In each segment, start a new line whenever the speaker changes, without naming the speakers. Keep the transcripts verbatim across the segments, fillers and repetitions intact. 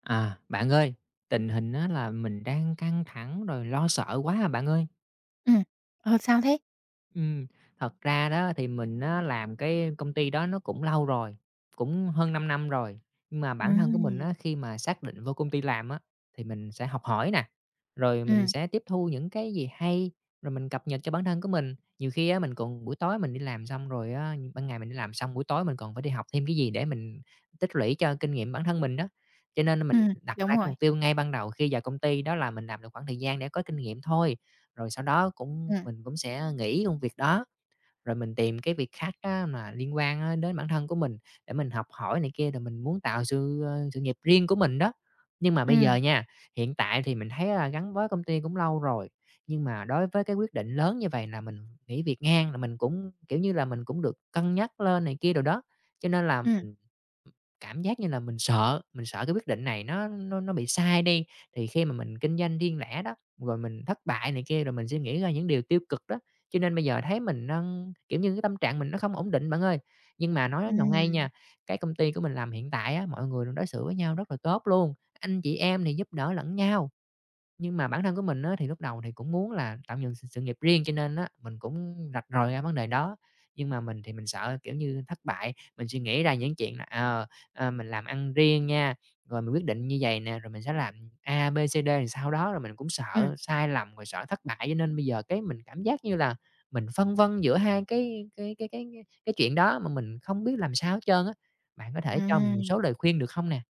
À, bạn ơi, tình hình á là mình đang căng thẳng rồi lo sợ quá à bạn ơi.
Ừm. Ờ, sao thế?
Ừm, thật ra đó thì mình á làm cái công ty đó nó cũng lâu rồi, cũng hơn 5 năm rồi. Nhưng mà bản thân của mình á,
Ừm,
khi mà xác định vô công ty làm á, thì mình sẽ học hỏi nè, rồi mình
ừm,
sẽ tiếp thu những cái gì hay, rồi mình cập nhật cho bản thân của mình. Nhiều khi á, mình còn buổi tối mình đi làm xong rồi á, ban ngày mình đi làm xong, buổi tối mình còn phải đi học thêm cái gì để mình tích lũy cho kinh nghiệm bản thân mình đó. Cho nên mình
ừm,
đặt ra
đúng
cái
rồi.
mục tiêu ngay ban đầu khi vào công ty đó là mình làm được khoảng thời gian để có kinh nghiệm thôi rồi sau đó cũng
Ừm,
mình cũng sẽ nghỉ công việc đó. Rồi mình tìm cái việc khác á mà liên quan á đến bản thân của mình để mình học hỏi này kia, rồi mình muốn tạo sự, ơ, sự nghiệp riêng của mình đó. Nhưng mà bây giờ
ừm,
nha, hiện tại thì mình thấy là gắn với công ty cũng lâu rồi, nhưng mà đối với cái quyết định lớn như vậy là mình nghỉ việc ngang là mình cũng, kiểu như là, mình cũng được cân nhắc lên này kia rồi đó, cho nên là
ừm,
mình cảm giác như là mình sợ, mình sợ cái quyết định này nó nó nó bị sai đi. Thì khi mà mình kinh doanh riêng lẻ đó, rồi mình thất bại này kia, rồi mình sẽ nghĩ ra những điều tiêu cực đó. Cho nên bây giờ thấy mình nó kiểu như, cái tâm trạng mình nó không ổn định bạn ơi. Nhưng mà nói nào ngay
ừm,
nha, cái công ty của mình làm hiện tại á, mọi người đối xử với nhau rất là tốt luôn, anh chị em thì giúp đỡ lẫn nhau. Nhưng mà bản thân của mình á, thì lúc đầu thì cũng muốn là tạo dựng sự sự nghiệp riêng, cho nên á, mình cũng rạch ròi ra vấn đề đó. Nhưng mà mình thì mình sợ, kiểu như, thất bại, mình suy nghĩ ra những chuyện là, ờ, ờ, mình làm ăn riêng nha, rồi mình quyết định như vậy nè, rồi mình sẽ làm A, B, C, D rồi sau đó, rồi mình cũng
ừm,
sợ sai lầm, rồi sợ thất bại, cho nên bây giờ cái mình cảm giác như là mình phân vân giữa hai cái cái cái cái cái cái chuyện đó mà mình không biết làm sao hết trơn á. Bạn có thể cho mình một
ừm.
số lời khuyên được không nè?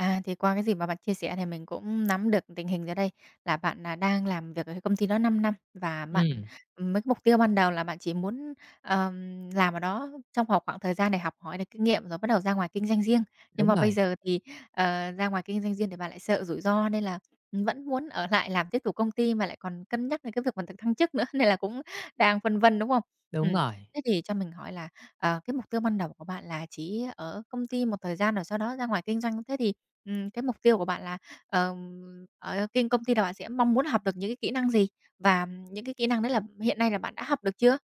À, thì qua cái gì mà bạn chia sẻ thì mình cũng nắm được tình hình rồi đây, là bạn, là đang làm việc ở cái công ty đó 5 năm và bạn
Ừm,
ừm, mấy cái mục tiêu ban đầu là bạn chỉ muốn, ờm, làm ở đó trong vào khoảng thời gian để học hỏi được kinh nghiệm rồi bắt đầu ra ngoài kinh doanh riêng. Nhưng
đúng
mà
rồi,
bây giờ thì, ờ, ra ngoài kinh doanh riêng thì bạn lại sợ rủi ro nên là, vẫn muốn ở lại làm tiếp tục công ty mà lại còn cân nhắc đến cái việc mà được thăng chức nữa, nên là cũng đang phân vân, đúng không?
đúng
Ừm,
rồi.
thế thì cho mình hỏi là, ờ, cái mục tiêu ban đầu của bạn là chỉ ở công ty một thời gian rồi sau đó ra ngoài kinh doanh, thế thì Ừm, cái mục tiêu của bạn là, ờm, ở kinh công ty là bạn sẽ mong muốn học được những cái kỹ năng gì? Và những cái kỹ năng đấy là hiện nay là bạn đã học được chưa?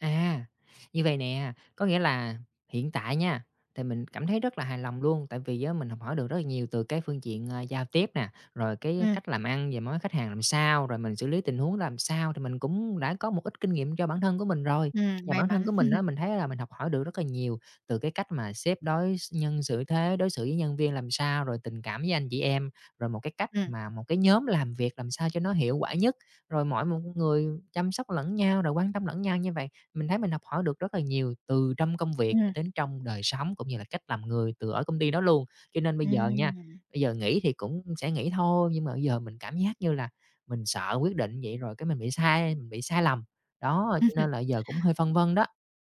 À, như vậy nè, có nghĩa là hiện tại nha, thì mình cảm thấy rất là hài lòng luôn, tại vì á mình học hỏi được rất là nhiều từ cái phương diện, ờ, giao tiếp nè, rồi cái
Ừm,
cách làm ăn về mối khách hàng làm sao, rồi mình xử lý tình huống làm sao, thì mình cũng đã có một ít kinh nghiệm cho bản thân của mình rồi.
ừm,
Và
may
bản thân
mắn.
của mình á, mình thấy là mình học hỏi được rất là nhiều từ cái cách mà sếp đối x nhân xử thế, đối xử với nhân viên làm sao, rồi tình cảm với anh chị em, rồi một cái cách
Ừm,
mà một cái nhóm làm việc làm sao cho nó hiệu quả nhất, rồi mọi một người chăm sóc lẫn nhau, rồi quan tâm lẫn nhau như vậy. Mình thấy mình học hỏi được rất là nhiều từ trong công việc cho
ừm,
đến trong đời sống, cũng như là cách làm người từ ở công ty đó luôn. Cho nên bây giờ nha,
ừm.
bây giờ nghỉ thì cũng sẽ nghỉ thôi, nhưng mà bây giờ mình cảm giác như là mình sợ quyết định vậy rồi cái mình bị sai mình bị sai lầm. Đó, cho nên là giờ cũng hơi phân vân đó.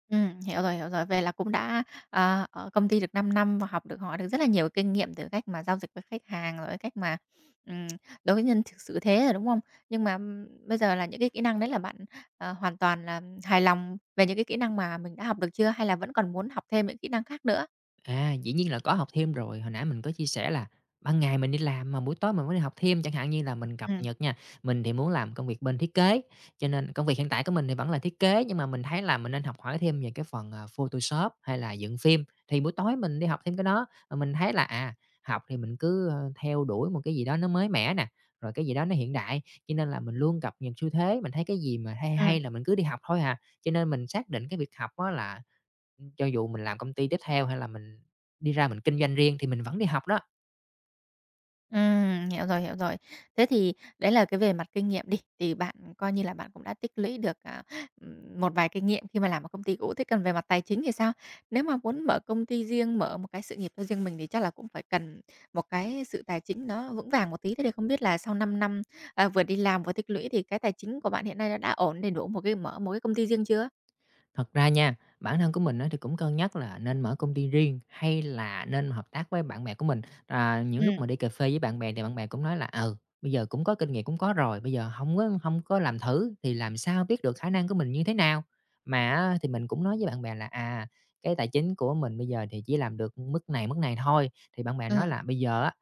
Ừm, hiểu rồi, hiểu rồi. Vậy là cũng đã, ờ, ở công ty được 5 năm và học được hỏi được rất là nhiều kinh nghiệm từ cách mà giao dịch với khách hàng, rồi cách mà, ừm, đối với nhân thực sự thế rồi, đúng không? Nhưng mà, ừm, bây giờ là những cái kỹ năng đấy là bạn, ờ, hoàn toàn là hài lòng về những cái kỹ năng mà mình đã học được chưa? Hay là vẫn còn muốn học thêm những kỹ năng khác nữa?
À, dĩ nhiên là có học thêm rồi, hồi nãy mình có chia sẻ là ban ngày mình đi làm mà buổi tối mình mới đi học thêm, chẳng hạn như là mình cập
Ừm,
nhật nha. Mình thì muốn làm công việc bên thiết kế, cho nên công việc hiện tại của mình thì vẫn là thiết kế, nhưng mà mình thấy là mình nên học hỏi thêm về cái phần, ờ, Photoshop hay là dựng phim, thì buổi tối mình đi học thêm cái đó. Mà mình thấy là, à, học thì mình cứ, ơ, theo đuổi một cái gì đó nó mới mẻ nè, rồi cái gì đó nó hiện đại, cho nên là mình luôn cập nhật xu thế, mình thấy cái gì mà hay
ừm,
hay là mình cứ đi học thôi à. Cho nên mình xác định cái việc học đó là cho dù mình làm công ty tiếp theo hay là mình đi ra mình kinh doanh riêng thì mình vẫn đi học đó.
ừm, hiểu rồi, hiểu rồi. Thế thì đấy là cái về mặt kinh nghiệm đi, thì bạn coi như là bạn cũng đã tích lũy được, à, ừm, một vài kinh nghiệm khi mà làm ở công ty cũ. Thế còn về mặt tài chính thì sao? Nếu mà muốn mở công ty riêng, mở một cái sự nghiệp cho riêng mình thì chắc là cũng phải cần một cái sự tài chính nó vững vàng một tí. Thế thì không biết là sau năm năm, à, vừa đi làm vừa tích lũy thì cái tài chính của bạn hiện nay nó đã ổn để đủ một cái mở một cái công ty riêng chưa?
Thật ra nha, bản thân của mình á thì cũng cân nhắc là nên mở công ty riêng hay là nên hợp tác với bạn bè của mình. À, những lúc
Ừm,
mà đi cà phê với bạn bè thì bạn bè cũng nói là "Ừ, bây giờ cũng có kinh nghiệm, cũng có rồi, bây giờ không có hông có làm thử thì làm sao biết được khả năng của mình như thế nào?" Mà á thì mình cũng nói với bạn bè là "À, cái tài chính của mình bây giờ thì chỉ làm được mức này, mức này thôi." Thì bạn bè nói
ừm,
là "Bây giờ á,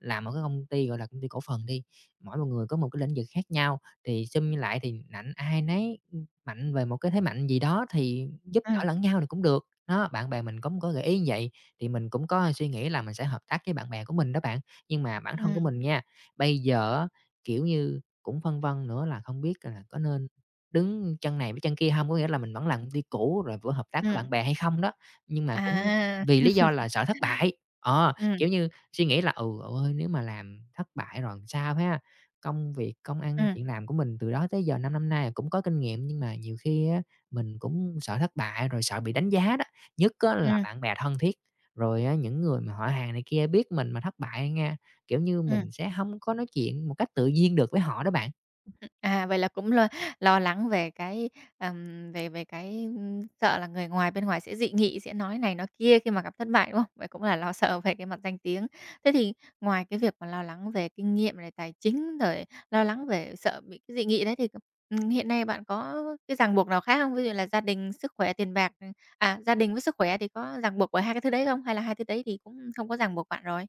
làm một cái công ty, gọi là, công ty cổ phần đi, mỗi một người có một cái lĩnh vực khác nhau thì sum lại thì ảnh ai nấy mạnh về một cái thế mạnh gì đó thì giúp đỡ
ừm,
lẫn nhau thì cũng được. Đó, bạn bè mình cũng có gợi ý như vậy, thì mình cũng có suy nghĩ là mình sẽ hợp tác với bạn bè của mình đó bạn. Nhưng mà bản thân của
ừm,
mình nha, bây giờ á, kiểu như, cũng phân vân nữa là không biết là có nên đứng chân này với chân kia không? Có nghĩa là mình vẫn làm công ty cũ rồi vừa hợp tác với
ừm,
bạn bè hay không đó? Nhưng mà cũng
à.
vì lý do là sợ thất bại. Ờ,
Ừm,
kiểu như, suy nghĩ là "Ừ, ôi, nếu mà làm thất bại rồi sao ha?" Công việc, công ăn
ừm,
chuyện làm của mình từ đó tới giờ 5 năm nay là cũng có kinh nghiệm, nhưng mà nhiều khi á mình cũng sợ thất bại, rồi sợ bị đánh giá đó, nhất á là
ừm,
bạn bè thân thiết, rồi á những người mà họ hàng này kia biết mình mà thất bại nha, kiểu như,
ừm.
mình sẽ không có nói chuyện một cách tự nhiên được với họ đó bạn.
À, vậy là cũng lo lo lắng về cái, ờm, về về cái, ưm, sợ là người ngoài bên ngoài sẽ dị nghị, sẽ nói này nói kia khi mà gặp thất bại, đúng không? Vậy cũng là lo sợ về cái mặt danh tiếng. Thế thì ngoài cái việc mà lo lắng về kinh nghiệm này, tài chính, rồi lo lắng về sợ bị cái dị nghị đấy thì, ừm, hiện nay bạn có cái ràng buộc nào khác không? Ví dụ là gia đình, sức khỏe, tiền bạc, à, gia đình với sức khỏe thì có ràng buộc bởi hai cái thứ đấy không? Hay là hai thứ đấy thì cũng không có ràng buộc bạn rồi?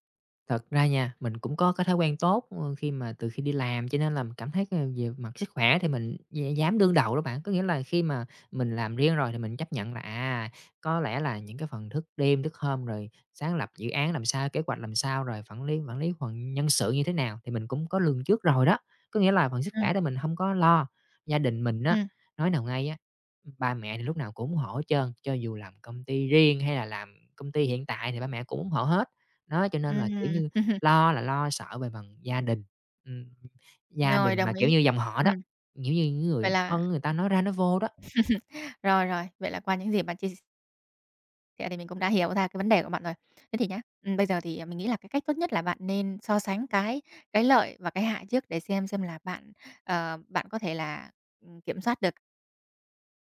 Thật ra nha, mình cũng có cái thói quen tốt, ơ, khi mà từ khi đi làm cho nên là mình cảm thấy, ờ, về mặt sức khỏe thì mình d dám đương đầu đó bạn. Có nghĩa là khi mà mình làm riêng rồi thì mình chấp nhận là, à, có lẽ là những cái phần thức đêm, thức hôm, rồi sáng lập dự án làm sao, kế hoạch làm sao, rồi quản lý quản lý phần nhân sự như thế nào thì mình cũng có lường trước rồi đó. Có nghĩa là phần sức
Ừ
khỏe thì mình không có lo. Gia đình mình
ừ
á, nói nào ngay á, ba mẹ thì lúc nào cũng ủng hộ hết trơn, cho dù làm công ty riêng hay là làm công ty hiện tại thì ba mẹ cũng ủng hộ hết. Đó, cho nên là, kiểu
ừm.
như, lo là lo sợ về phần gia đình, ừm, gia
Rồi,
đình mà,
đồng
kiểu
ý.
như, dòng họ đó,
Ừm,
kiểu như, những
vậy
người
là
thân người ta nói ra nói vô đó.
Rồi, rồi, vậy là qua những gì bạn chia sẻ thì mình cũng đã hiểu ra cái vấn đề của bạn rồi. Thế thì nhá, ừm, bây giờ thì, à, mình nghĩ là cái cách tốt nhất là bạn nên so sánh cái cái lợi và cái hại trước để xem xem là bạn, ờ, bạn có thể là, ừm, kiểm soát được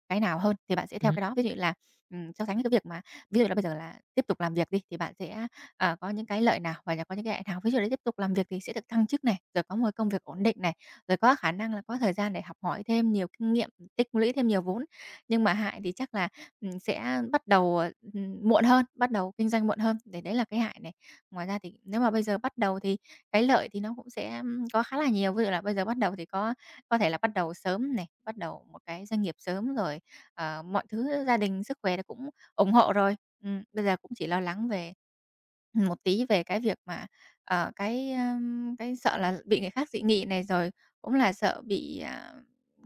cái nào hơn thì bạn sẽ theo
Ừm,
cái đó. Ví dụ là, ừm, so sánh với cái việc mà ví dụ là bây giờ là tiếp tục làm việc đi, thì bạn sẽ, ờ, có những cái lợi nào và có những cái hại nào. Ví dụ là tiếp tục làm việc thì sẽ được thăng chức này, rồi có một công việc ổn định này, rồi có khả năng là có thời gian để học hỏi thêm nhiều kinh nghiệm, tích lũy thêm nhiều vốn. Nhưng mà hại thì chắc là, ừm, sẽ bắt đầu, ờ, ừm, muộn hơn, bắt đầu kinh doanh muộn hơn, để đấy là cái hại này. Ngoài ra thì nếu mà bây giờ bắt đầu thì cái lợi thì nó cũng sẽ, ưm, có khá là nhiều. Ví dụ là bây giờ bắt đầu thì có có thể là bắt đầu sớm này, bắt đầu một cái doanh nghiệp sớm rồi, ờ, mọi thứ gia đình, sức khỏe là cũng ủng hộ rồi. Ừm, bây giờ cũng chỉ lo lắng về một tí về cái việc mà, ờ, cái, ơm, cái sợ là bị người khác dị nghị này, rồi cũng là sợ bị, à,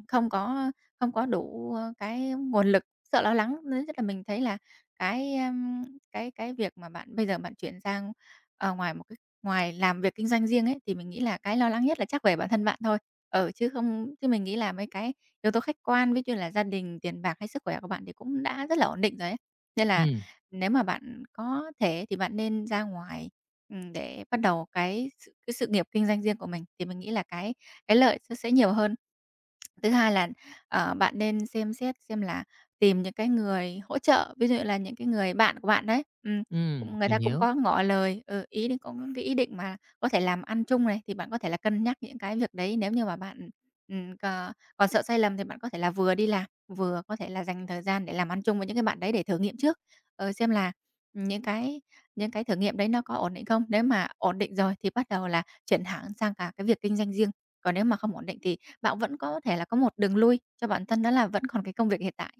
không có không có đủ, ơ, cái nguồn lực, sợ lo lắng. Nên rất là mình thấy là cái, ơm, cái cái việc mà bạn bây giờ bạn chuyển sang, ờ, ngoài một Ngoài làm việc kinh doanh riêng ấy, thì mình nghĩ là cái lo lắng nhất là chắc về bản thân bạn thôi. Ừ, chứ không chứ mình nghĩ là mấy cái yếu tố khách quan, ví như là gia đình, tiền bạc hay sức khỏe của bạn thì cũng đã rất là ổn định rồi ấy. Nên là
ừm,
nếu mà bạn có thể thì bạn nên ra ngoài, ừm, để bắt đầu cái sự cái sự nghiệp kinh doanh riêng của mình, thì mình nghĩ là cái cái lợi nó sẽ nhiều hơn. Thứ hai là, ờ, bạn nên xem xét xem là tìm những cái người hỗ trợ, ví dụ là những cái người bạn của bạn đấy, ừm,
ừm,
cũng người
mình
ta cũng
hiểu.
có ngỏ lời, ừ, ý định có cái ý định mà có thể làm ăn chung này, thì bạn có thể là cân nhắc những cái việc đấy. Nếu như mà bạn, ừm, cò còn sợ sai lầm thì bạn có thể là vừa đi làm, vừa có thể là dành thời gian để làm ăn chung với những cái bạn đấy để thử nghiệm trước, ờ, xem là những cái những cái thử nghiệm đấy nó có ổn định không. Nếu mà ổn định rồi thì bắt đầu là chuyển hẳn sang cả cái việc kinh doanh riêng, còn nếu mà không ổn định thì bạn vẫn có thể là có một đường lui cho bản thân đó là vẫn còn cái công việc hiện tại.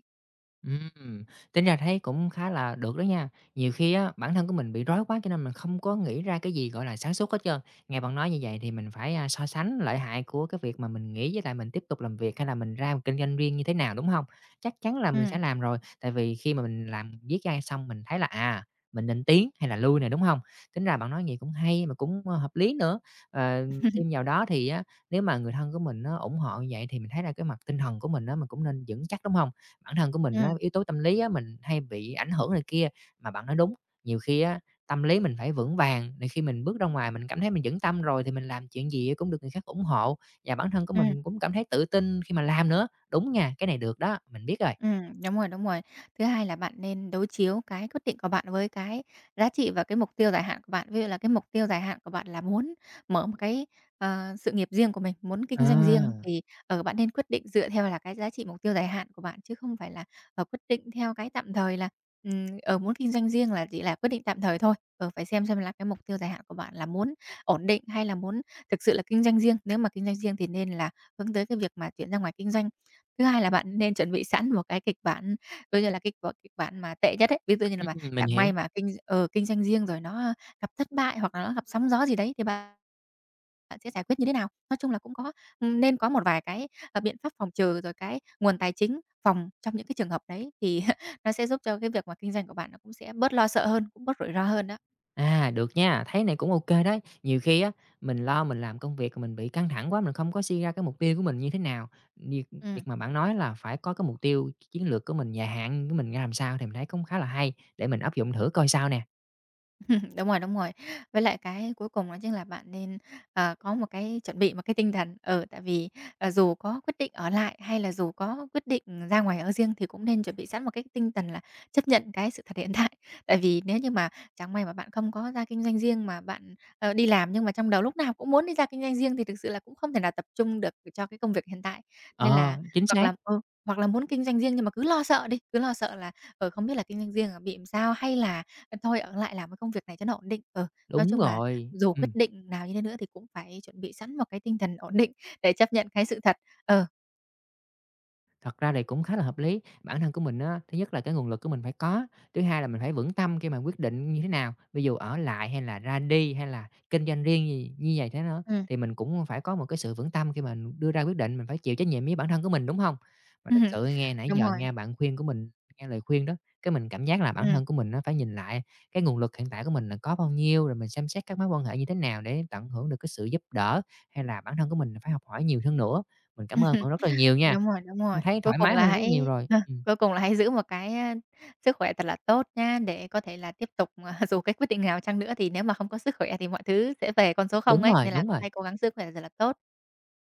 Ừm, tính ra thấy cũng khá là được đó nha. Nhiều khi á, bản thân của mình bị rối quá cho nên mình không có nghĩ ra cái gì, gọi là, sáng suốt hết trơn. Nghe bạn nói như vậy thì mình phải, a, so sánh lợi hại của cái việc mà mình nghĩ với lại mình tiếp tục làm việc, hay là mình ra một kinh doanh riêng như thế nào, đúng không? Chắc chắn là mình sẽ
Ừm.
làm rồi, tại vì khi mà mình làm viết ra xong mình thấy là, à, mình nên tiến hay là lui này đúng không? Tính ra bạn nói gì cũng hay mà cũng, ơ, hợp lý nữa. Ờ, thêm vào đó thì á, nếu mà người thân của mình nó ủng hộ như vậy thì mình thấy là cái mặt tinh thần của mình đó mình cũng nên vững chắc, đúng không? Bản thân của mình á,
Ừm.
yếu tố tâm lý á, mình hay bị ảnh hưởng này kia, mà bạn nói đúng, nhiều khi á, tâm lý mình phải vững vàng để khi mình bước ra ngoài mình cảm thấy mình vững tâm rồi thì mình làm chuyện gì cũng được người khác ủng hộ, và bản thân của
Ừm.
mình cũng cảm thấy tự tin khi mà làm nữa. Đúng nha, cái này được đó, mình biết rồi.
Ừm, đúng rồi, đúng rồi. Thứ hai là bạn nên đối chiếu cái quyết định của bạn với cái giá trị và cái mục tiêu dài hạn của bạn. Ví dụ là cái mục tiêu dài hạn của bạn là muốn mở một cái, ờ, sự nghiệp riêng của mình, muốn kinh doanh riêng
À,
thì, ở bạn nên quyết định dựa theo là cái giá trị mục tiêu dài hạn của bạn, chứ không phải là, ờ, quyết định theo cái tạm thời là, ở muốn kinh doanh riêng là chỉ là quyết định tạm thời thôi. Ờ, phải xem xem là cái mục tiêu dài hạn của bạn là muốn ổn định hay là muốn thực sự là kinh doanh riêng. Nếu mà kinh doanh riêng thì nên là hướng tới cái việc mà chuyển ra ngoài kinh doanh. Thứ hai là bạn nên chuẩn bị sẵn một cái kịch bản, coi như là kịch bản kịch bản mà tệ nhất ấy. Ví dụ như là mà
ừm, mình
chẳng
hiểu.
may mà kinh ờ, kinh doanh riêng rồi nó gặp thất bại hoặc là nó gặp sóng gió gì đấy thì bạn bạn sẽ giải quyết như thế nào? Nói chung là cũng có ừm, nên có một vài cái, ờ, biện pháp phòng trừ, rồi cái nguồn tài chính phòng trong những cái trường hợp đấy thì nó sẽ giúp cho cái việc mà kinh doanh của bạn nó cũng sẽ bớt lo sợ hơn, cũng bớt rủi ro hơn đó.
À, được nha, thấy này cũng ok đấy. Nhiều khi á, mình lo mình làm công việc mình bị căng thẳng quá, mình không có suy ra cái mục tiêu của mình như thế nào. Việc
Ừm.
việc mà bạn nói là phải có cái mục tiêu chiến lược của mình, dài hạn của mình ra làm sao thì mình thấy cũng khá là hay, để mình áp dụng thử coi sao nè.
Đúng rồi, đúng rồi. Với lại cái cuối cùng đó chính là bạn nên, ờ, có một cái chuẩn bị một cái tinh thần. Ừ, tại vì, ờ, dù có quyết định ở lại hay là dù có quyết định ra ngoài ở riêng thì cũng nên chuẩn bị sẵn một cái tinh thần là chấp nhận cái sự thật hiện tại. Tại vì nếu như mà chẳng may mà bạn không có ra kinh doanh riêng mà bạn, ờ, đi làm nhưng mà trong đầu lúc nào cũng muốn đi ra kinh doanh riêng thì thực sự là cũng không thể nào tập trung được cho cái công việc hiện tại. Nên là
Ờ, chính
hoặc
xác,
là ừ, hoặc là muốn kinh doanh riêng nhưng mà cứ lo sợ đi, cứ lo sợ là, ờ, không biết là kinh doanh riêng, ờ, bị làm sao hay là "Ờ, thôi ở lại làm cái công việc này cho nó ổn định." Ừ, nói
đúng
chung là
rồi,
dù quyết
ừm.
định nào như thế nữa thì cũng phải chuẩn bị sẵn một cái tinh thần ổn định để chấp nhận cái sự thật. Ờ,
Thật ra thì cũng khá là hợp lý. Bản thân của mình á, thứ nhất là cái nguồn lực của mình phải có, thứ hai là mình phải vững tâm khi mà quyết định như thế nào, ví dụ ở lại hay là ra đi hay là kinh doanh riêng gì như vậy thế nữa,
ừm,
thì mình cũng phải có một cái sự vững tâm khi mà đưa ra quyết định, mình phải chịu trách nhiệm với bản thân của mình, đúng không? Mà thật sự nghe nãy
Đúng
giờ
rồi,
nghe bạn khuyên của mình nghe lời khuyên đó, cái mình cảm giác là bản
ừm,
thân của mình nó phải nhìn lại cái nguồn lực hiện tại của mình là có bao nhiêu, rồi mình xem xét các mối quan hệ như thế nào để tận hưởng được cái sự giúp đỡ, hay là bản thân của mình là phải học hỏi nhiều hơn nữa. Mình cảm ơn bạn rất là nhiều nha.
đúng rồi, đúng
Mình
rồi.
thấy
Cuối
thoải
cùng
mái
là
hơn rất nhiều
hãy
rồi.
ờ,
Ừm,
cuối cùng là hãy giữ một cái, a, sức khỏe thật là tốt nha để có thể là tiếp tục, à, dù cái quyết định nào chăng nữa thì nếu mà không có sức khỏe thì mọi thứ sẽ về con số không
đúng
ấy,
rồi,
nên là
đúng rồi.
hãy cố gắng sức khỏe thật là tốt.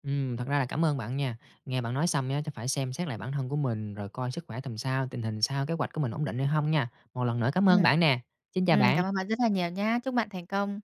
Ừm, thật ra là cảm ơn bạn nha. Nghe bạn nói xong á chắc phải xem xét lại bản thân của mình, rồi coi sức khỏe tầm sao, tình hình sao, kế hoạch của mình ổn định hay không nha. Một lần nữa cảm ơn
Ừm.
bạn nè. Xin chào
Ừm,
bạn.
cảm ơn bạn rất là nhiều nhá. Chúc bạn thành công.